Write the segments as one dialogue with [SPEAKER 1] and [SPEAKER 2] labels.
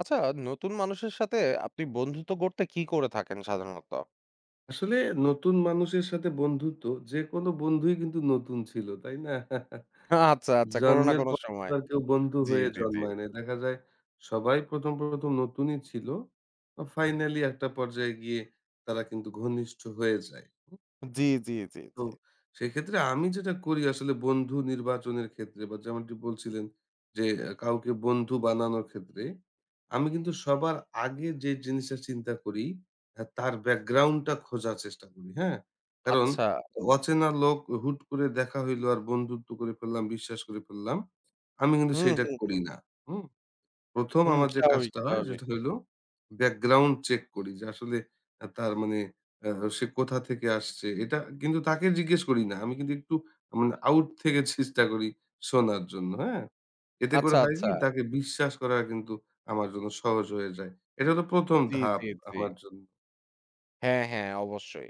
[SPEAKER 1] আচ্ছা, নতুন মানুষের সাথে আপনি বন্ধুত্ব করতে কি করে থাকেন সাধারণত?
[SPEAKER 2] আসলে নতুন মানুষের সাথে বন্ধুত্ব যে কোনো বন্ধুই কিন্তু নতুন ছিল, তাই না?
[SPEAKER 1] আচ্ছা, আচ্ছা। কোনো না
[SPEAKER 2] জন্মের
[SPEAKER 1] কোনো
[SPEAKER 2] পর তো
[SPEAKER 1] সময়।
[SPEAKER 2] আর কেউ বন্ধু
[SPEAKER 1] জি,
[SPEAKER 2] হয়ে
[SPEAKER 1] জি, জি।
[SPEAKER 2] জন্মায় নাই। দেখা যায় সবাই ১ম নতুনই ছিল। ফাইনালি একটা পর্যায়ে গিয়ে তারা কিন্তু ঘনিষ্ঠ হয়ে যায়।
[SPEAKER 1] জি, জি, জি,
[SPEAKER 2] তো
[SPEAKER 1] জি।
[SPEAKER 2] সেক্ষেত্রে আমি যেটা করি আসলে বন্ধু নির্বাচনের ক্ষেত্রে বা যেমনটি বলছিলেন যে কাউকে বন্ধু বানানোর ক্ষেত্রে আমি কিন্তু সবার আগে যে জিনিসটা চিন্তা করি তার ব্যাকগ্রাউন্ডটা খোঁজার চেষ্টা করি, হ্যাঁ। কারণ
[SPEAKER 1] আচ্ছা।
[SPEAKER 2] অচেনা লোক হুট করে দেখা হইলো আর বন্ধুত্ব করে ফেললাম, বিশ্বাস করে ফেললাম, আমি কিন্তু
[SPEAKER 1] হুম,
[SPEAKER 2] সেটা
[SPEAKER 1] হুম,
[SPEAKER 2] করি না। হুম। ১ম
[SPEAKER 1] হুম।
[SPEAKER 2] আমার যে
[SPEAKER 1] স্বাভাবিক,
[SPEAKER 2] কাজটা হয়
[SPEAKER 1] স্বাভাবিক।
[SPEAKER 2] সেটা হইল ব্যাকগ্রাউন্ড চেক করি যে আসলে তার মানে আ সে কোথা থেকে আসছে। এটা কিন্তু তাকে জিজ্ঞেস করি না। আমি কিন্তু একটু মানে আউট থেকে চেষ্টা করি শোনার জন্য, হ্যাঁ? এতে
[SPEAKER 1] আচ্ছা,
[SPEAKER 2] করে হয় কি
[SPEAKER 1] আচ্ছা।
[SPEAKER 2] তাকে বিশ্বাস করা কিন্তু আমার জন্য সহজ হয়ে যায়। এটা হলো ১ম
[SPEAKER 1] জি,
[SPEAKER 2] ধাপ
[SPEAKER 1] জি, জি।
[SPEAKER 2] আমার জন্য।
[SPEAKER 1] হ্যাঁ, হ্যাঁ, অবশ্যই।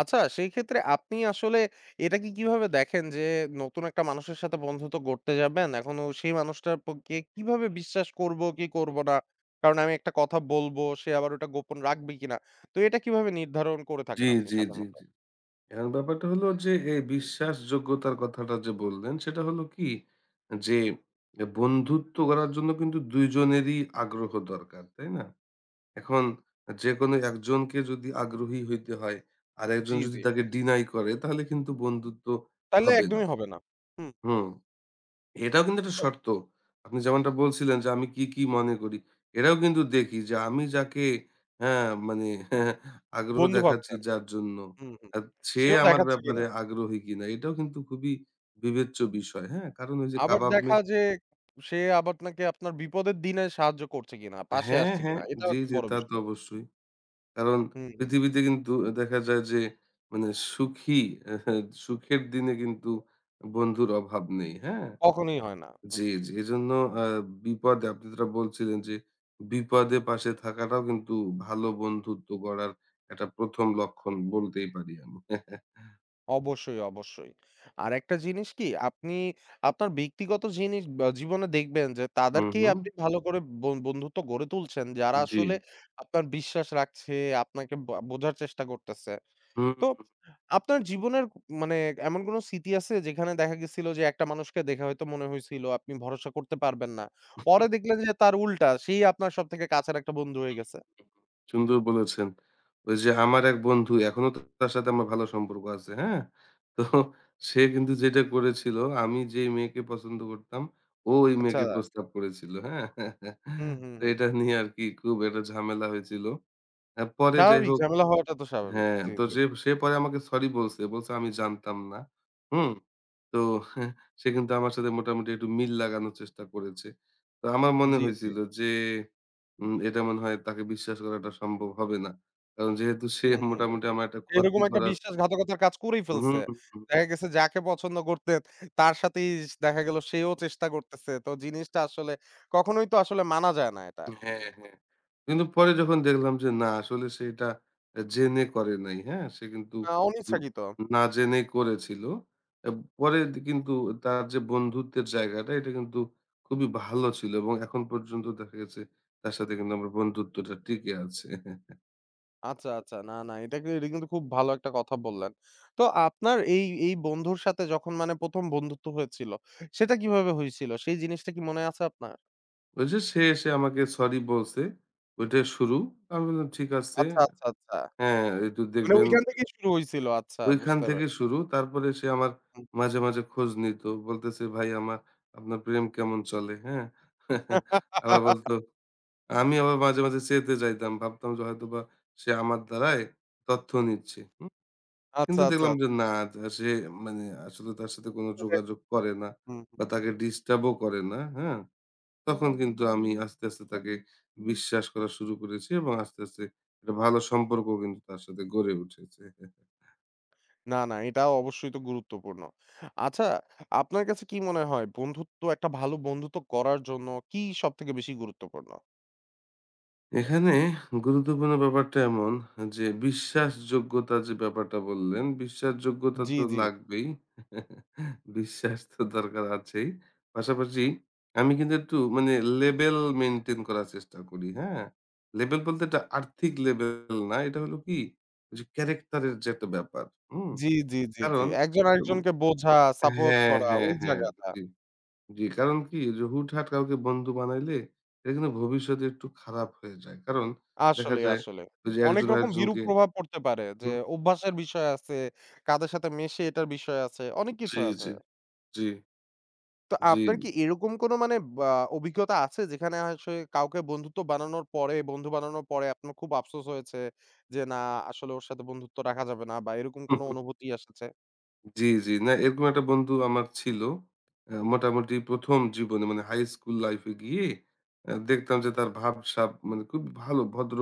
[SPEAKER 1] আচ্ছা সেই ক্ষেত্রে আপনি আসলে এটাকে কিভাবে দেখেন যে নতুন একটা মানুষের সাথে বন্ধুত্ব গড়তে যাবেন। এখনো সেই মানুষটার পক্ষে কিভাবে বিশ্বাস করব কি করব না? কারণ আমি একটা কথা বলব, সে আবার ওটা গোপন রাখবে কিনা? তো এটা কিভাবে নির্ধারণ করে
[SPEAKER 2] জি,
[SPEAKER 1] থাকেন আপনি
[SPEAKER 2] জি, জি,
[SPEAKER 1] সাধারণত?
[SPEAKER 2] জি। এখন ব্যাপারটা হলো যে এই বিশ্বাসযোগ্যতার কথাটা যে বললেন সেটা হলো কি, যে বন্ধুত্ব করার জন্য কিন্তু দুইজনেরই আগ্রহ দরকার, তাই না? এখন যে কোনো একজনকে যদি আগ্রহী হইতে হয় আর একজন
[SPEAKER 1] জি,
[SPEAKER 2] যদি
[SPEAKER 1] জি।
[SPEAKER 2] তাকে ডিনাই করে, তাহলে কিন্তু বন্ধুত্ব
[SPEAKER 1] তাইলে
[SPEAKER 2] হবে না।
[SPEAKER 1] একদমই হবে না। হুম,
[SPEAKER 2] হুম। এটাও কিন্তু একটা
[SPEAKER 1] তো
[SPEAKER 2] শর্ত। আপনি যেমনটা বলছিলেন যে আমি কি, কি মনে করি। এটাও কিন্তু দেখি যে আমি যাকে, হ্যাঁ, মানে আগ্রহ
[SPEAKER 1] বন্ধু
[SPEAKER 2] দেখাচ্ছি
[SPEAKER 1] ভাবছেন।
[SPEAKER 2] যার জন্য,
[SPEAKER 1] হুম, হুম।
[SPEAKER 2] আ সে
[SPEAKER 1] সেও
[SPEAKER 2] আমার
[SPEAKER 1] দেখাচ্ছে
[SPEAKER 2] ব্যাপারে
[SPEAKER 1] কিনা?
[SPEAKER 2] আগ্রহী কিনা। এটাও কিন্তু খুবই বিবেচ্য বিষয়। হ্যাঁ? কারণ ওই যে
[SPEAKER 1] আবার
[SPEAKER 2] কাবাব মে।
[SPEAKER 1] দেখা যে সে আবার নাকি আপনার বিপদের দিনে সাহায্য করছে কিনা, পাশে
[SPEAKER 2] হ্যাঁ,
[SPEAKER 1] আসছে কিনা?
[SPEAKER 2] হ্যাঁ।
[SPEAKER 1] এটাও
[SPEAKER 2] জি,
[SPEAKER 1] একটা
[SPEAKER 2] জি,
[SPEAKER 1] বড়
[SPEAKER 2] তা তো
[SPEAKER 1] বিষয়।
[SPEAKER 2] অবশ্যই। কারণ
[SPEAKER 1] হুম।
[SPEAKER 2] পৃথিবীতে কিন্তু দেখা যায় যে মানে সুখী আহ, সুখের দিনে কিন্তু বন্ধুর অভাব নেই। হ্যাঁ?
[SPEAKER 1] কখনোই হয় না। হুম,
[SPEAKER 2] জি, জি। এজন্য আ বিপদে, আপনি যেটা বলছিলেন যে, বিপদে পাশে থাকাটাও কিন্তু ভালো বন্ধুত্ব গড়ার একটা ১ম লক্ষণ বলতেই পারি আমি।
[SPEAKER 1] অবশ্যই, অবশ্যই। আরেকটা জিনিস কি আপনি আপনার ব্যক্তিগত জিনিস বা জীবনে দেখবেন যে
[SPEAKER 2] হুম,
[SPEAKER 1] তাদেরকেই
[SPEAKER 2] হুম।
[SPEAKER 1] আপনি ভালো করে বন্ধুত্ব গড়ে তুলছেন যারা
[SPEAKER 2] জি।
[SPEAKER 1] আসলে আপনার বিশ্বাস রাখছে, আপনাকে বা বোঝার চেষ্টা করতেছে।
[SPEAKER 2] হুম,
[SPEAKER 1] তো আপনার জীবনের মানে এমন কোন স্মৃতি আছে যেখানে দেখা গেছিল যে একটা মানুষকে দেখে হয়তো মনে হয়েছিল আপনি ভরসা করতে পারবেন না। পরে দেখলেন যে তার উল্টা সেই আপনার সবথেকে কাছের একটা বন্ধু হয়ে গেছে?
[SPEAKER 2] সুন্দর বলেছেন। ওই যে আমার এক বন্ধু, এখনো তো তার সাথে আমার ভালো সম্পর্ক আছে, হ্যাঁ? তো সে কিন্তু যেটা করেছিল, আমি যেই মেয়েকে পছন্দ করতাম ও ওই
[SPEAKER 1] আচ্ছা।
[SPEAKER 2] মেয়েকে প্রস্তাব করেছিল, হ্যাঁ?
[SPEAKER 1] হুম, হুম,
[SPEAKER 2] তো
[SPEAKER 1] হুম।
[SPEAKER 2] এটা নিয়ে আরকি খুব একটা ঝামেলা হয়েছিল। পরে যাই
[SPEAKER 1] স্বাভাবিক
[SPEAKER 2] হোক,
[SPEAKER 1] ঝামেলা হওয়াটা তো স্বাভাবিক।
[SPEAKER 2] হ্যাঁ,
[SPEAKER 1] জি,
[SPEAKER 2] তো
[SPEAKER 1] জি,
[SPEAKER 2] সে
[SPEAKER 1] জি।
[SPEAKER 2] সে পরে আমাকে সরি বলছে। বলছে, "আমি জানতাম না।" হুম? তো সে কিন্তু আমার সাথে মোটামুটি একটু মিল লাগানোর চেষ্টা করেছে। তো আমার মনে
[SPEAKER 1] জি, জি।
[SPEAKER 2] হয়েছিল যে এটা মনে হয় তাকে বিশ্বাস করাটা সম্ভব হবে না। কারণ যেহেতু সে
[SPEAKER 1] হুম, হুম, হুম।
[SPEAKER 2] মোটামুটি আমার একটা
[SPEAKER 1] এরকম
[SPEAKER 2] ক্ষতি
[SPEAKER 1] একটা
[SPEAKER 2] করার।
[SPEAKER 1] বিশ্বাসঘাতকতার কাজ করেই
[SPEAKER 2] হুম।
[SPEAKER 1] ফেলছে। দেখা গেছে যাকে পছন্দ করতেন তার সাথেই দেখা গেল সেও চেষ্টা করতেছে। তো জিনিসটা আসলে কখনোই তো আসলে মানা যায় না এটা।
[SPEAKER 2] হ্যাঁ, হ্যাঁ। কিন্তু পরে যখন দেখলাম যে না আসলে সে এটা জেনে করে নাই, হ্যাঁ? সে কিন্তু উম
[SPEAKER 1] অনিচ্ছাকৃত।
[SPEAKER 2] না জেনেই করেছিল। আ পরে কিন্তু তার যে বন্ধুত্বের জায়গাটা এটা কিন্তু খুবই ভালো ছিল, এবং এখন পর্যন্ত দেখা গেছে তার সাথে কিন্তু আমার বন্ধুত্বটা টিকে আছে।
[SPEAKER 1] আচ্ছা, আচ্ছা। না, না এটা কি এটা কিন্তু খুব ভালো একটা কথা বললেন। তো আপনার এই বন্ধুর সাথে যখন মানে ১ম বন্ধুত্ব হয়েছিল সেটা কিভাবে হয়েছিল? সেই জিনিসটা কি মনে আছে আপনার?
[SPEAKER 2] ওই যে সে এসে আমাকে সরি বলছে, ওইটাই শুরু। আমি বললাম ঠিক আছে।
[SPEAKER 1] আচ্ছা, আচ্ছা, আচ্ছা।
[SPEAKER 2] হ্যাঁ, একটু
[SPEAKER 1] মানে
[SPEAKER 2] দেখবেন,
[SPEAKER 1] ওইখান থেকেই শুরু হইছিল। আচ্ছা
[SPEAKER 2] ওইখান
[SPEAKER 1] বুঝতে
[SPEAKER 2] থেকে
[SPEAKER 1] পারছি।
[SPEAKER 2] শুরু। তারপরে সে আমার মাঝে, মাঝে খোঁজ নিত। বলতেছে, "ভাই আমার, আপনার প্রেম কেমন চলে?" হ্যাঁ? আবার বলতো, আমি আবার মাঝে, মাঝে চেতে যাইতাম। ভাবতাম যে হয়তোবা সে আমার দ্বারাই তথ্য নিচ্ছে। হুম?
[SPEAKER 1] আচ্ছা,
[SPEAKER 2] কিন্তু
[SPEAKER 1] আচ্ছা।
[SPEAKER 2] দেখলাম যে না, সে মানে আসলে তার সাথে কোন যোগাযোগ করে না
[SPEAKER 1] হুম।
[SPEAKER 2] বা তাকে ডিস্টার্ব ও করে না। হ্যাঁ? তখন কিন্তু আমি আস্তে, আস্তে তাকে বিশ্বাস করা শুরু করেছি এবং আস্তে, আস্তে একটা ভালো সম্পর্ক কিন্তু তার সাথে গড়ে উঠেছে।
[SPEAKER 1] না, না, এটাও অবশ্যই তো গুরুত্বপূর্ণ। আচ্ছা, আপনার কাছে কি মনে হয় বন্ধুত্ব একটা ভালো বন্ধুত্ব করার জন্য কি সবথেকে বেশি গুরুত্বপূর্ণ?
[SPEAKER 2] এখানে গুরুত্বপূর্ণ ব্যাপারটা এমন যে বিশ্বাসযোগ্যতা, যে ব্যাপারটা বললেন, বিশ্বাসযোগ্যতা
[SPEAKER 1] জি,
[SPEAKER 2] তো
[SPEAKER 1] জি,
[SPEAKER 2] লাগবেই। বিশ্বাস তো দরকার আছেই। পাশাপাশি আমি কিন্তু একটু মানে লেভেল মেইনটেইন করার চেষ্টা করি, হ্যাঁ? লেভেল বলতে এটা আর্থিক লেভেল না, এটা হলো কি ওই যে ক্যারেক্টারের যে একটা ব্যাপার, হুম?
[SPEAKER 1] জি, জি, জি, জি।
[SPEAKER 2] কারণ
[SPEAKER 1] একজন
[SPEAKER 2] উম
[SPEAKER 1] আরেকজনকে বোঝা, সাপোর্ট
[SPEAKER 2] হ্যাঁ,
[SPEAKER 1] করা
[SPEAKER 2] হ্যাঁ,
[SPEAKER 1] ওই
[SPEAKER 2] হ্যাঁ।
[SPEAKER 1] জায়গাটা।
[SPEAKER 2] জি। জি, কারণ কি যে হুটহাট কাউকে বন্ধু বানাইলে এটা কিন্তু ভবিষ্যতে একটু খারাপ হয়ে যায়। কারণ দেখা
[SPEAKER 1] আসলে,
[SPEAKER 2] যায়
[SPEAKER 1] আসলে।
[SPEAKER 2] ওই যে
[SPEAKER 1] অনেক
[SPEAKER 2] একজন
[SPEAKER 1] রকম বিরূপ
[SPEAKER 2] আরেকজনকে।
[SPEAKER 1] প্রভাব পড়তে পারে যে
[SPEAKER 2] হুম,
[SPEAKER 1] অভ্যাসের বিষয় আছে, কাদের সাথে মেশে এটার বিষয় আছে, অনেক কিছু
[SPEAKER 2] জি,
[SPEAKER 1] আছে।
[SPEAKER 2] জি, জি,
[SPEAKER 1] তো আপনার কি এরকম কোনো মানে বা অভিজ্ঞতা আছে যেখানে আসলে কাউকে বন্ধুত্ব বানানোর পরে, বন্ধু বানানোর পরে আপনার খুব আফসোস হয়েছে যে, "না, আসলে ওর সাথে বন্ধুত্ব রাখা যাবে না" বা এরকম
[SPEAKER 2] জি।
[SPEAKER 1] কোনো অনুভূতি এসেছে?
[SPEAKER 2] জি, জি। না এরকম একটা বন্ধু আমার ছিল। মোটামুটি ১ম জীবনে, মানে হাই স্কুল লাইফ এ গিয়ে দেখতাম যে তার ভাবসাব মানে খুব ভালো, ভদ্র।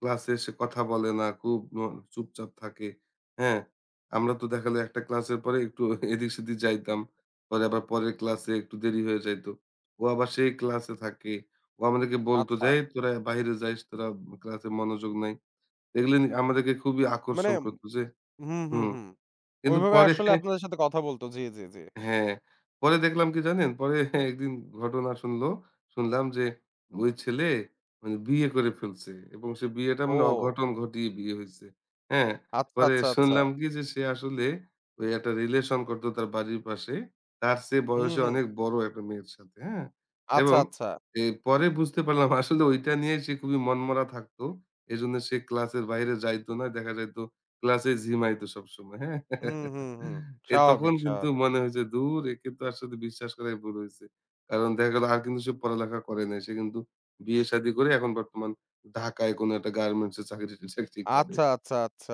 [SPEAKER 2] ক্লাসে এসে কথা বলে না, খুব চুপচাপ থাকে। হ্যাঁ? আমরা তো দেখা যায় একটা ক্লাসের পরে একটু এদিক-সেদিক যাইতাম। পরে আবার পরের ক্লাসে একটু দেরি হয়ে যাইত। ও আবার সেই ক্লাসে থাকে। ও আমাদেরকে বলত যে,
[SPEAKER 1] আচ্ছা।
[SPEAKER 2] "এই তোরা বাহিরে যাইস, তোরা ক্লাসে মনোযোগ নাই।" এগুলো নিয়ে আমাদেরকে খুবই
[SPEAKER 1] মানে
[SPEAKER 2] আকর্ষণ করত যে।
[SPEAKER 1] হুম, হুম,
[SPEAKER 2] হুম।
[SPEAKER 1] হুম।
[SPEAKER 2] কিন্তু
[SPEAKER 1] ওইভাবে
[SPEAKER 2] পরে,
[SPEAKER 1] আসলে আপনাদের সাথে কথা বলত। জি, জি, জি।
[SPEAKER 2] হ্যাঁ, পরে দেখলাম কি জানেন? পরে একদিন ঘটনা শুনলাম যে ওই ছেলে মানে বিয়ে করে ফেলছে এবং সে বিয়েটা মানে
[SPEAKER 1] ও!
[SPEAKER 2] অঘটন ঘটিয়ে বিয়ে হইছে। হ্যাঁ?
[SPEAKER 1] আচ্ছা,
[SPEAKER 2] পরে
[SPEAKER 1] আচ্ছা, আচ্ছা।
[SPEAKER 2] শুনলাম কি যে সে আসলে ওই একটা রিলেশন করতো তার বাড়ির পাশে। তার চেয়ে
[SPEAKER 1] হুম,
[SPEAKER 2] বয়সে
[SPEAKER 1] হুম।
[SPEAKER 2] অনেক বড় একটা মেয়ের সাথে। হ্যাঁ?
[SPEAKER 1] আচ্ছা,
[SPEAKER 2] এবং
[SPEAKER 1] আচ্ছা।
[SPEAKER 2] পরে বুঝতে পারলাম আসলে ওইটা নিয়ে সে খুবই মনমরা থাকতো। এজন্য সে ক্লাসের বাইরে যাইত না। দেখা যাইত ক্লাসে ঝিমাইতো সবসময়। হ্যাঁ?
[SPEAKER 1] হুম, হুম, হুম।
[SPEAKER 2] তখন
[SPEAKER 1] স্বাভাবিক,
[SPEAKER 2] কিন্তু
[SPEAKER 1] স্বাভাবিক।
[SPEAKER 2] মনে হয়েছে ধুর, একে তো আসলে বিশ্বাস করাই ভুল হইছে। কারণ দেখা গেল আর কিন্তু সে পড়ালেখা করে নাই। সে কিন্তু বিয়ে-শাদী করে এখন বর্তমান ঢাকায় কোনো একটা গার্মেন্টস এ চাকরি-টাকরি করে।
[SPEAKER 1] আচ্ছা, আচ্ছা, আচ্ছা।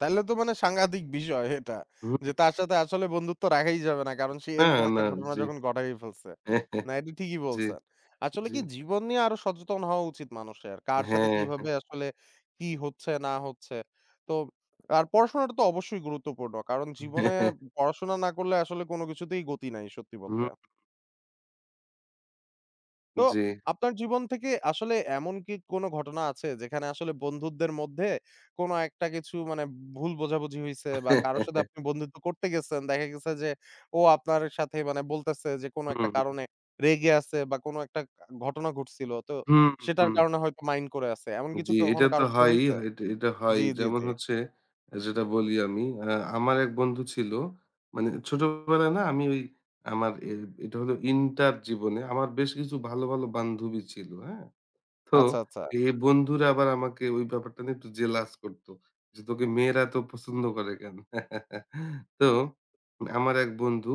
[SPEAKER 1] তাইলে তো মানে সাংঘাতিক বিষয় এটা।
[SPEAKER 2] হুম,
[SPEAKER 1] যে তার সাথে আসলে বন্ধুত্ব রাখাই যাবে না। কারণ সে
[SPEAKER 2] না,
[SPEAKER 1] এরকম একটা
[SPEAKER 2] না।
[SPEAKER 1] ঘটনা
[SPEAKER 2] জি।
[SPEAKER 1] যখন ঘটাই ফেলছে। না এটা ঠিকই
[SPEAKER 2] জি,
[SPEAKER 1] বলছেন। আসলে
[SPEAKER 2] জি।
[SPEAKER 1] কি জীবন নিয়ে আরো সচেতন হওয়া উচিত মানুষের। কার সাথে
[SPEAKER 2] হ্যাঁ,
[SPEAKER 1] কিভাবে
[SPEAKER 2] হ্যাঁ।
[SPEAKER 1] আসলে কি হচ্ছে না হচ্ছে। তো আর পড়াশোনাটা তো অবশ্যই গুরুত্বপূর্ণ। কারণ জীবনে পড়াশোনা না করলে আসলে কোনো কিছুতেই গতি নাই সত্যি বলতে।
[SPEAKER 2] হুম,
[SPEAKER 1] তো
[SPEAKER 2] জি।
[SPEAKER 1] আপনার জীবন থেকে আসলে এমন কি কোনো ঘটনা আছে যেখানে আসলে বন্ধুদের মধ্যে কোনো একটা কিছু মানে ভুল বোঝাবুঝি হইছে বা কারো সাথে আপনি বন্ধুত্ব করতে গেছেন, দেখা গেছে যে ও আপনার সাথে মানে বলতেছে যে কোনো একটা
[SPEAKER 2] হুম,
[SPEAKER 1] কারণে রেগে আছে বা কোনো একটা ঘটনা ঘটছিল। তো
[SPEAKER 2] হুম,
[SPEAKER 1] সেটার
[SPEAKER 2] হুম।
[SPEAKER 1] কারণে হয়তো মাইন্ড করে আছে। এমন কিছু
[SPEAKER 2] জি,
[SPEAKER 1] কি
[SPEAKER 2] এটা
[SPEAKER 1] কখনো
[SPEAKER 2] তো
[SPEAKER 1] কারো সাথে
[SPEAKER 2] হয়ই।
[SPEAKER 1] হইছে?
[SPEAKER 2] এটা এটা হয়।
[SPEAKER 1] জি, জি,
[SPEAKER 2] যেমন
[SPEAKER 1] জি।
[SPEAKER 2] হচ্ছে, যেটা বলি আমি, আমার এক বন্ধু ছিল। মানে ছোটবেলায় না, আমি ওই আমার এটা হলো ইন্টার জীবনে আমার বেশ কিছু ভালো, ভালো বান্ধবী ছিল, হ্যাঁ? তো
[SPEAKER 1] আচ্ছা, আচ্ছা।
[SPEAKER 2] এই বন্ধুরা আবার আমাকে ওই ব্যাপারটা নিয়ে একটু জেলাস করতো। যে তোকে মেয়েরা তো পছন্দ করে কেন? তো আমার এক বন্ধু,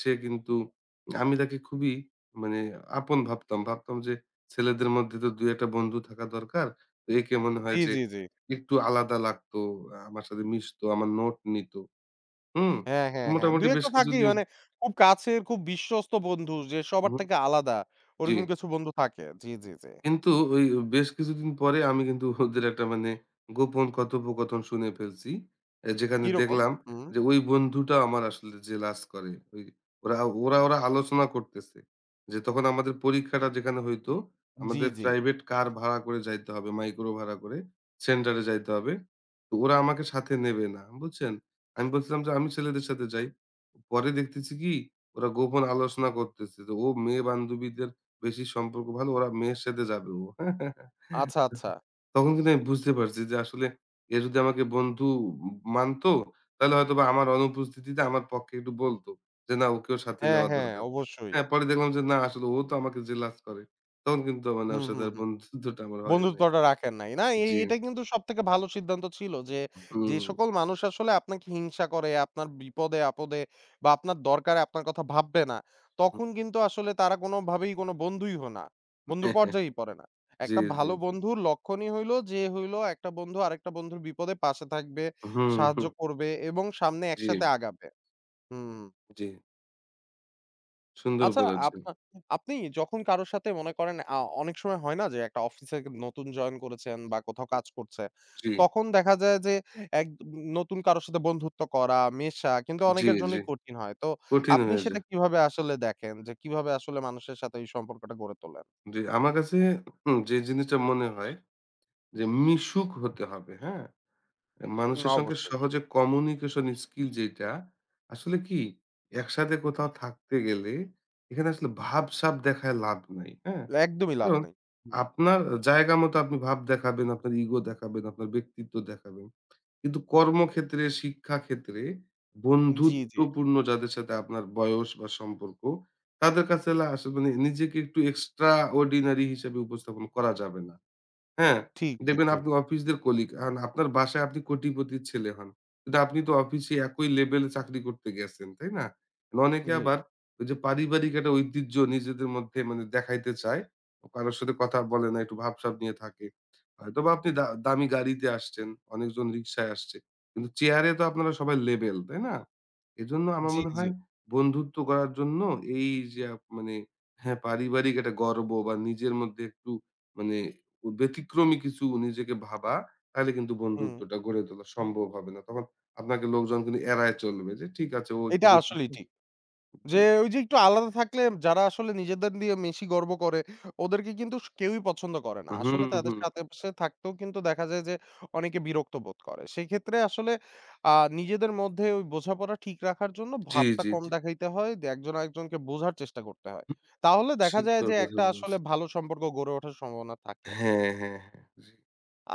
[SPEAKER 2] সে কিন্তু, আমি তাকে খুবই মানে আপন ভাবতাম। ভাবতাম যে ছেলেদের মধ্যে তো ২-১ টা বন্ধু থাকা দরকার। তো একে মনে হয়
[SPEAKER 1] জি,
[SPEAKER 2] যে
[SPEAKER 1] জি, জি।
[SPEAKER 2] একটু আলাদা লাগতো। আমার সাথে মিশতো, আমার নোট নিত। হুম?
[SPEAKER 1] হ্যাঁ, হ্যাঁ, হ্যাঁ।
[SPEAKER 2] মোটামুটি বেশ
[SPEAKER 1] ২-১ টা থাকেই
[SPEAKER 2] কিছুদিন।
[SPEAKER 1] মানে খুব কাছের খুব বিশ্বস্ত বন্ধু যে সবার
[SPEAKER 2] হুম,
[SPEAKER 1] থেকে আলাদা।
[SPEAKER 2] জি।
[SPEAKER 1] ওরকম কিছু বন্ধু থাকে। জি, জি, জি।
[SPEAKER 2] কিন্তু ওই বেশ কিছুদিন পরে আমি কিন্তু ওদের একটা মানে গোপন কথোপকথন শুনে ফেলছি। যেখানে
[SPEAKER 1] কিরকম?
[SPEAKER 2] দেখলাম
[SPEAKER 1] হুম।
[SPEAKER 2] যে ওই বন্ধুটা আমার আসলে জেলাস করে। ওই ওরা ওরা ওরা আলোচনা করতেছে। যে তখন আমাদের পরীক্ষাটা যেখানে হইতো,
[SPEAKER 1] জি,
[SPEAKER 2] আমাদের
[SPEAKER 1] জি।
[SPEAKER 2] প্রাইভেট কার ভাড়া করে যাইতে হবে, মাইক্রো ভাড়া করে সেন্টারে যাইতে হবে। তো ওরা আমাকে সাথে নেবে না। বুঝছেন? আমি বলছিলাম যে আমি ছেলেদের সাথে যাই। পরে দেখতেছি কি ওরা গোপন আলোচনা করতেছে যে ও মেয়ে বান্ধবীদের বেশি সম্পর্ক ভালো, ওরা মেয়ের সাথে যাবে ও।
[SPEAKER 1] আচ্ছা, আচ্ছা।
[SPEAKER 2] তখন কিন্তু আমি বুঝতে পারছি যে আসলে এ যদি আমাকে বন্ধু মানতো তাহলে হয়তোবা আমার অনুপস্থিতিতে আমার পক্ষে একটু বলতো যে না ওকেও সাথে
[SPEAKER 1] হ্যাঁ,
[SPEAKER 2] নেওয়া
[SPEAKER 1] হ্যাঁ,
[SPEAKER 2] দরকার।
[SPEAKER 1] অবশ্যই।
[SPEAKER 2] হ্যাঁ, পরে দেখলাম যে না, আসলে ও তো আমাকে জেলাস করে। তখন কিন্তু মানে
[SPEAKER 1] হুম,
[SPEAKER 2] ওর সাথে
[SPEAKER 1] হুম,
[SPEAKER 2] আর
[SPEAKER 1] হুম।
[SPEAKER 2] বন্ধুত্বটা আমার হয় নাই।
[SPEAKER 1] বন্ধুত্বটা রাখেন নাই। না এ
[SPEAKER 2] জি।
[SPEAKER 1] এটা কিন্তু সবথেকে ভালো সিদ্ধান্ত ছিল যে, যে
[SPEAKER 2] হুম।
[SPEAKER 1] সকল মানুষ আসলে আপনাকে হিংসা করে, আপনার বিপদে-আপদে বা আপনার দরকারে আপনার কথা ভাববে না, তখন কিন্তু আসলে তারা কোনোভাবেই কোনো বন্ধুই হো না। বন্ধুর পর্যায়েই পড়ে না।
[SPEAKER 2] জি,
[SPEAKER 1] একটা
[SPEAKER 2] জি,
[SPEAKER 1] ভালো
[SPEAKER 2] জি।
[SPEAKER 1] বন্ধুর লক্ষণই হইলো যে হইলো একটা বন্ধু আরেকটা বন্ধুর বিপদে পাশে থাকবে,
[SPEAKER 2] হুম,
[SPEAKER 1] সাহায্য
[SPEAKER 2] হুম।
[SPEAKER 1] করবে এবং সামনে
[SPEAKER 2] জি,
[SPEAKER 1] একসাথে আগাবে। হুম।
[SPEAKER 2] জি। সুন্দর
[SPEAKER 1] আচ্ছা,
[SPEAKER 2] বলেছেন।
[SPEAKER 1] আপনা আপনি যখন কারো সাথে মনে করেন অনেক সময় হয় না যে একটা অফিসে নতুন জয়েন করেছেন বা কোথাও কাজ করছে।
[SPEAKER 2] জি,
[SPEAKER 1] তখন দেখা যায় যে এক নতুন কারো সাথে বন্ধুত্ব করা, মেশা কিন্তু
[SPEAKER 2] জি,
[SPEAKER 1] অনেকের
[SPEAKER 2] জি।
[SPEAKER 1] জন্যই কঠিন হয়। তো
[SPEAKER 2] কঠিন
[SPEAKER 1] আপনি
[SPEAKER 2] হয়ে
[SPEAKER 1] সেটা
[SPEAKER 2] যায়।
[SPEAKER 1] কিভাবে আসলে দেখেন যে কিভাবে আসলে মানুষের সাথে এই সম্পর্কটা গড়ে তোলেন?
[SPEAKER 2] জি, আমার কাছে, হুম, যে জিনিসটা মনে হয় যে মিশুক হতে হবে, হ্যাঁ? মানুষের সঙ্গে
[SPEAKER 1] অবশ্যই।
[SPEAKER 2] সহজে কমিউনিকেশন স্কিল যেটা, আসলে কি একসাথে কোথাও থাকতে গেলে এখানে আসলে ভাব-সাব দেখায় লাভ নাই, হ্যাঁ?
[SPEAKER 1] একদমই লাভ
[SPEAKER 2] কারণ
[SPEAKER 1] নেই।
[SPEAKER 2] আপনার জায়গা মতো আপনি ভাব দেখাবেন, আপনার ইগো দেখাবেন, আপনার ব্যক্তিত্ব দেখাবেন। কিন্তু কর্মক্ষেত্রে, শিক্ষাক্ষেত্রে,
[SPEAKER 1] জি, জি।
[SPEAKER 2] বন্ধুত্বপূর্ণ যাদের সাথে আপনার বয়স বা সম্পর্ক, তাদের কাছে আসলে মানে নিজেকে একটু এক্সট্রাঅর্ডিনারি হিসেবে উপস্থাপন করা যাবে না। হ্যাঁ,
[SPEAKER 1] ঠিক, ঠিক,
[SPEAKER 2] দেখবেন
[SPEAKER 1] ঠিক।
[SPEAKER 2] আপনি অফিসদের কলিগ। এখন আপনার বাসায় আপনি কোটিপতির ছেলে হন। কিন্তু আপনি তো অফিসে একই লেভেলে চাকরি করতে গেছেন, তাই না? মানে অনেকে
[SPEAKER 1] জি,
[SPEAKER 2] আবার ওই যে পারিবারিক একটা ঐতিহ্য নিজেদের মধ্যে মানে দেখাইতে চায়। কারো সাথে কথা বলে না, একটু ভাবসাব নিয়ে থাকে। হয়তোবা আপনি দামি গাড়িতে আসছেন, অনেকজন রিক্সায় আসছে। কিন্তু চেয়ারে তো আপনারা সবাই লেভেল, তাই না? এজন্য আমার
[SPEAKER 1] জি,
[SPEAKER 2] মনে
[SPEAKER 1] জি।
[SPEAKER 2] হয় বন্ধুত্ব করার জন্য এই যে মানে, হ্যাঁ, পারিবারিক একটা গর্ব বা নিজের মধ্যে একটু মানে ব্যতিক্রমী কিছু নিজেকে ভাবা, তাহলে কিন্তু
[SPEAKER 1] হুম,
[SPEAKER 2] বন্ধুত্বটা গড়ে তোলা সম্ভব হবে না। তখন আপনাকে লোকজন কিন্তু এড়ায় চলবে যে, "ঠিক আছে, ও একটু
[SPEAKER 1] এটা আসলেই
[SPEAKER 2] ব্যতিক্রম।"
[SPEAKER 1] ঠিক।
[SPEAKER 2] জি।
[SPEAKER 1] যে ওই যে একটু আলাদা থাকলে যারা আসলে নিজেদের দিয়ে বেশি গর্ব করে, ওদেরকে কিন্তু কেউই পছন্দ করে না।
[SPEAKER 2] হুম,
[SPEAKER 1] আসলে তাদের
[SPEAKER 2] হুম।
[SPEAKER 1] সাথে পাশে থাকতেও কিন্তু দেখা যায় যে অনেকে বিরক্ত বোধ করে। সেক্ষেত্রে আসলে আ নিজেদের মধ্যে ওই বোঝাপড়া ঠিক রাখার জন্য
[SPEAKER 2] জি,
[SPEAKER 1] ভাবটা
[SPEAKER 2] জি,
[SPEAKER 1] কম
[SPEAKER 2] জি।
[SPEAKER 1] দেখাইতে হয়। দে একজন আরেকজনকে বোঝার চেষ্টা করতে হয়। তাহলে দেখা যায়
[SPEAKER 2] সুন্দর
[SPEAKER 1] যে
[SPEAKER 2] কথা
[SPEAKER 1] একটা
[SPEAKER 2] বলেছেন।
[SPEAKER 1] আসলে ভালো সম্পর্ক গড়ে ওঠার সম্ভাবনা থাকে।
[SPEAKER 2] হ্যাঁ, হ্যাঁ, হ্যাঁ। জি,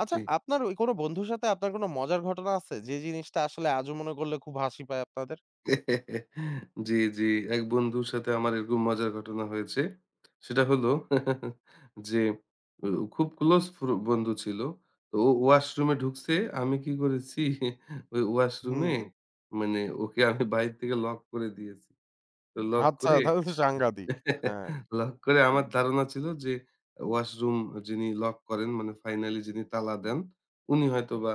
[SPEAKER 1] আচ্ছা
[SPEAKER 2] জি।
[SPEAKER 1] আপনার ওই কোনো বন্ধুর সাথে আপনার কোনো মজার ঘটনা আছে? যে জিনিসটা আসলে আজও মনে করলে খুব হাসি পায় আপনাদের?
[SPEAKER 2] জি, জি। এক বন্ধুর সাথে আমার এরকম মজার ঘটনা হয়েছে। সেটা হলো যে উ খুব ক্লোজ বন্ধু ছিল। তো ও ওয়াশরুমে ঢুকছে। আমি কি করেছি, ওই ওয়াশরুমে
[SPEAKER 1] হুম।
[SPEAKER 2] মানে ওকে আমি বাইরে থেকে লক করে দিয়েছি। তো লক
[SPEAKER 1] আচ্ছা
[SPEAKER 2] করে
[SPEAKER 1] তাহলে তো সাংঘাতিক। হ্যাঁ।
[SPEAKER 2] লক করে আমার ধারণা ছিল যে ওয়াশরুম যিনি লক করেন, মানে ফাইনালি যিনি তালা দেন উনি হয়তোবা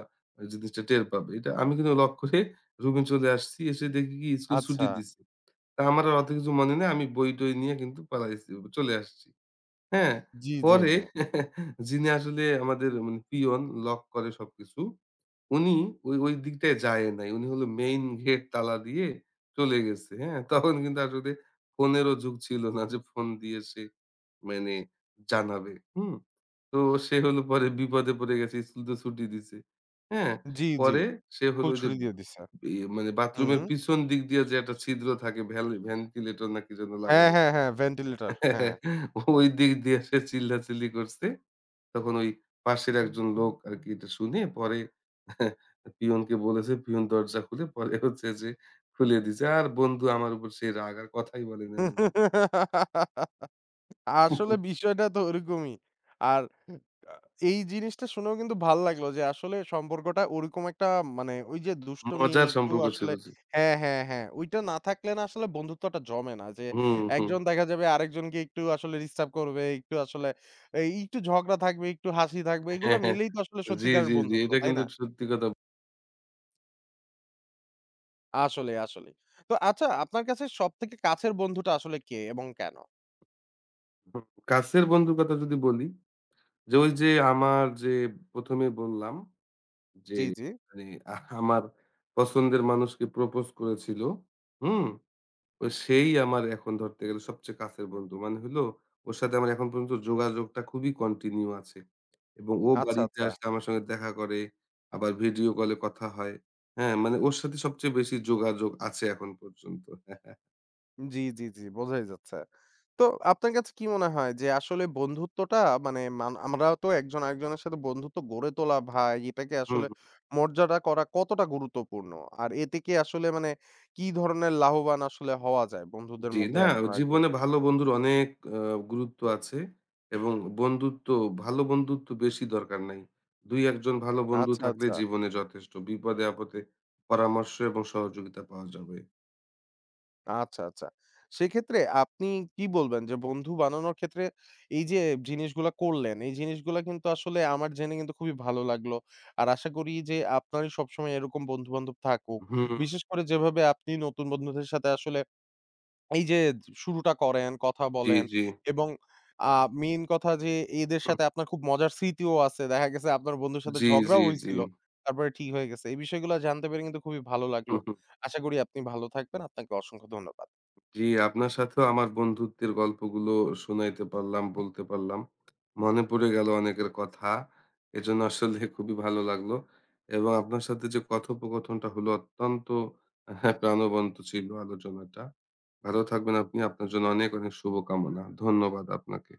[SPEAKER 2] জিনিসটা টের পাবে। এটা আমি কিন্তু লক করে রুমে চলে আসছি। এসে দেখি কি স্কুল
[SPEAKER 1] আচ্ছা।
[SPEAKER 2] ছুটি দিছে। তা আমার আর অত কিছু মনে নেই। আমি বই-টই নিয়ে কিন্তু পালাইছি, চলে আসছি। হ্যাঁ,
[SPEAKER 1] জি, জি,
[SPEAKER 2] পরে
[SPEAKER 1] জি।
[SPEAKER 2] যিনি আসলে আমাদের মানে পিয়ন লক করে সবকিছু, উনি ওই দিকটায় যায় নাই। উনি হলো মেইন গেট তালা দিয়ে চলে গেছে। হ্যাঁ? তখন কিন্তু আসলে ফোনেরও যুগ ছিল না যে ফোন দিয়ে সে মানে জানাবে। হুম? তো সে হলো পরে বিপদে পড়ে গেছে। স্কুল তো ছুটি দিছে। হ্যাঁ?
[SPEAKER 1] জি, জি।
[SPEAKER 2] পরে সে
[SPEAKER 1] স্কুল
[SPEAKER 2] হলো যে
[SPEAKER 1] ছুটি দিয়ে দিছে।
[SPEAKER 2] মানে বাথরুমের
[SPEAKER 1] হুম।
[SPEAKER 2] পিছন দিক দিয়ে যে একটা ছিদ্র থাকে ভেন্টিলেটর না কি যেন
[SPEAKER 1] হ্যাঁ,
[SPEAKER 2] লাগানো।
[SPEAKER 1] হ্যাঁ, হ্যাঁ, ভেন্টিলেটর। হ্যাঁ।
[SPEAKER 2] ওই দিক দিয়ে সে চিল্লাচিল্লি করছে। তখন ওই পাশের একজন লোক আরকি এটা শুনে পরে পিয়নকে বলেছে, পিয়ন দরজা খুলে পরে হচ্ছে যে খুলে দিছে। আর বন্ধু আমার উপর সেই রাগ, আর কথাই বলেনি অনেকদিন।
[SPEAKER 1] আসলে বিষয়টা তো ওরকমই। আর আ এই জিনিসটা শুনেও কিন্তু ভাল লাগলো যে আসলে সম্পর্কটা ওরকম একটা মানে ওই যে দুষ্টুমি
[SPEAKER 2] মজার
[SPEAKER 1] একটু
[SPEAKER 2] সম্পর্ক ছিল,
[SPEAKER 1] আসলে
[SPEAKER 2] জি।
[SPEAKER 1] হ্যাঁ, হ্যাঁ, হ্যাঁ। ওইটা না থাকলে না আসলে বন্ধুত্বটা জমে না। যে
[SPEAKER 2] হুম, হুম।
[SPEAKER 1] একজন দেখা যাবে আরেকজনকে একটু আসলে ডিস্টার্ব করবে, একটু আসলে এই একটু ঝগড়া থাকবে, একটু হাসি থাকবে। এগুলো
[SPEAKER 2] হ্যাঁ, হ্যাঁ।
[SPEAKER 1] মিলেই তো আসলে
[SPEAKER 2] জি,
[SPEAKER 1] সত্যিকারের
[SPEAKER 2] জি, জি।
[SPEAKER 1] বন্ধুত্ব,
[SPEAKER 2] এটা
[SPEAKER 1] তাই
[SPEAKER 2] কিন্তু
[SPEAKER 1] না?
[SPEAKER 2] সত্যি কথা।
[SPEAKER 1] আসলেই, আসলেই। তো আচ্ছা আপনার কাছে সবথেকে কাছের বন্ধুটা আসলে কে এবং কেন?
[SPEAKER 2] কাছের বন্ধুর কথা যদি বলি, যে ওই যে আমার যে ১ম এ বললাম, জি,
[SPEAKER 1] জি, জি।
[SPEAKER 2] মানে আ আমার পছন্দের মানুষকে প্রপোজ করেছিল। হুম? তো সেই আমার এখন ধরতে গেলে সবচেয়ে কাছের বন্ধু। মানে হলো ওর সাথে আমার এখন পর্যন্ত যোগাযোগটা খুবই কন্টিনিউ আছে। এবং ও
[SPEAKER 1] আচ্ছা,
[SPEAKER 2] বাড়িতে
[SPEAKER 1] আচ্ছা।
[SPEAKER 2] আসলে আমার সঙ্গে দেখা করে, আবার ভিডিও কলে কথা হয়। হ্যাঁ? মানে ওর সাথে সবচেয়ে বেশি যোগাযোগ আছে এখন পর্যন্ত।
[SPEAKER 1] জি, জি, জি বোঝাই যাচ্ছে। তো আপনার কাছে কি মনে হয় যে আসলে বন্ধুত্বটা মানে আমরা তো একজন আরেকজনের সাথে বন্ধুত্ব গড়ে তোলা ভাই এটাকে আসলে
[SPEAKER 2] হুম।
[SPEAKER 1] মর্যাদা করা কতটা গুরুত্বপূর্ণ? আর এতে কি আসলে মানে কি ধরনের লাভবান আসলে হওয়া যায় বন্ধুদের
[SPEAKER 2] জি,
[SPEAKER 1] মধ্যে
[SPEAKER 2] না,
[SPEAKER 1] একজন
[SPEAKER 2] জীবনে
[SPEAKER 1] আরেকজনকে?
[SPEAKER 2] ভালো বন্ধুর অনেক আ গুরুত্ব আছে এবং বন্ধুত্ব, ভালো বন্ধুত্ব বেশি দরকার নাই। ২-১ জন ভালো বন্ধু
[SPEAKER 1] আচ্ছা,
[SPEAKER 2] থাকলে
[SPEAKER 1] আচ্ছা।
[SPEAKER 2] জীবনে যথেষ্ট। বিপদে আপদে পরামর্শ এবং সহযোগিতা পাওয়া যাবে।
[SPEAKER 1] আচ্ছা, আচ্ছা। সেক্ষেত্রে আপনি কি বলবেন যে বন্ধু বানানোর ক্ষেত্রে এই যে জিনিসগুলা করলেন, এই জিনিসগুলা কিন্তু আসলে আমার জেনে কিন্তু খুবই ভালো লাগলো। আর আশা করি যে আপনারই সবসময় এরকম বন্ধু-বান্ধব থাকুক।
[SPEAKER 2] হুম,
[SPEAKER 1] বিশেষ করে যেভাবে আপনি নতুন বন্ধুদের সাথে আসলে এই যে শুরুটা করেন, কথা
[SPEAKER 2] জি,
[SPEAKER 1] বলেন
[SPEAKER 2] জি।
[SPEAKER 1] এবং আ মেইন কথা যে এদের
[SPEAKER 2] হুম,
[SPEAKER 1] সাথে আপনার খুব মজার স্মৃতিও আছে। দেখা গেছে আপনার বন্ধুর সাথে
[SPEAKER 2] জি,
[SPEAKER 1] ঝগড়াও
[SPEAKER 2] জি, জি।
[SPEAKER 1] হইছিল। তারপরে ঠিক হয়ে গেছে। এই বিষয়গুলা জানতে পেরে কিন্তু খুবই ভালো লাগলো। আশা করি আপনি ভালো থাকবেন। আপনাকে অসংখ্য ধন্যবাদ।
[SPEAKER 2] জি, আপনার সাথেও আমার বন্ধুত্বের গল্পগুলো শোনাইতে পারলাম, বলতে পারলাম। মনে পড়ে গেল অনেকের কথা। এজন্য আসলে খুবই ভালো লাগলো। এবং আপনার সাথে যে কথোপকথনটা হলো অত্যন্ত, হ্যাঁ, প্রাণবন্ত ছিল আলোচনাটা। ভালো থাকবেন আপনি। আপনার জন্য অনেক, অনেক শুভকামনা। ধন্যবাদ আপনাকে।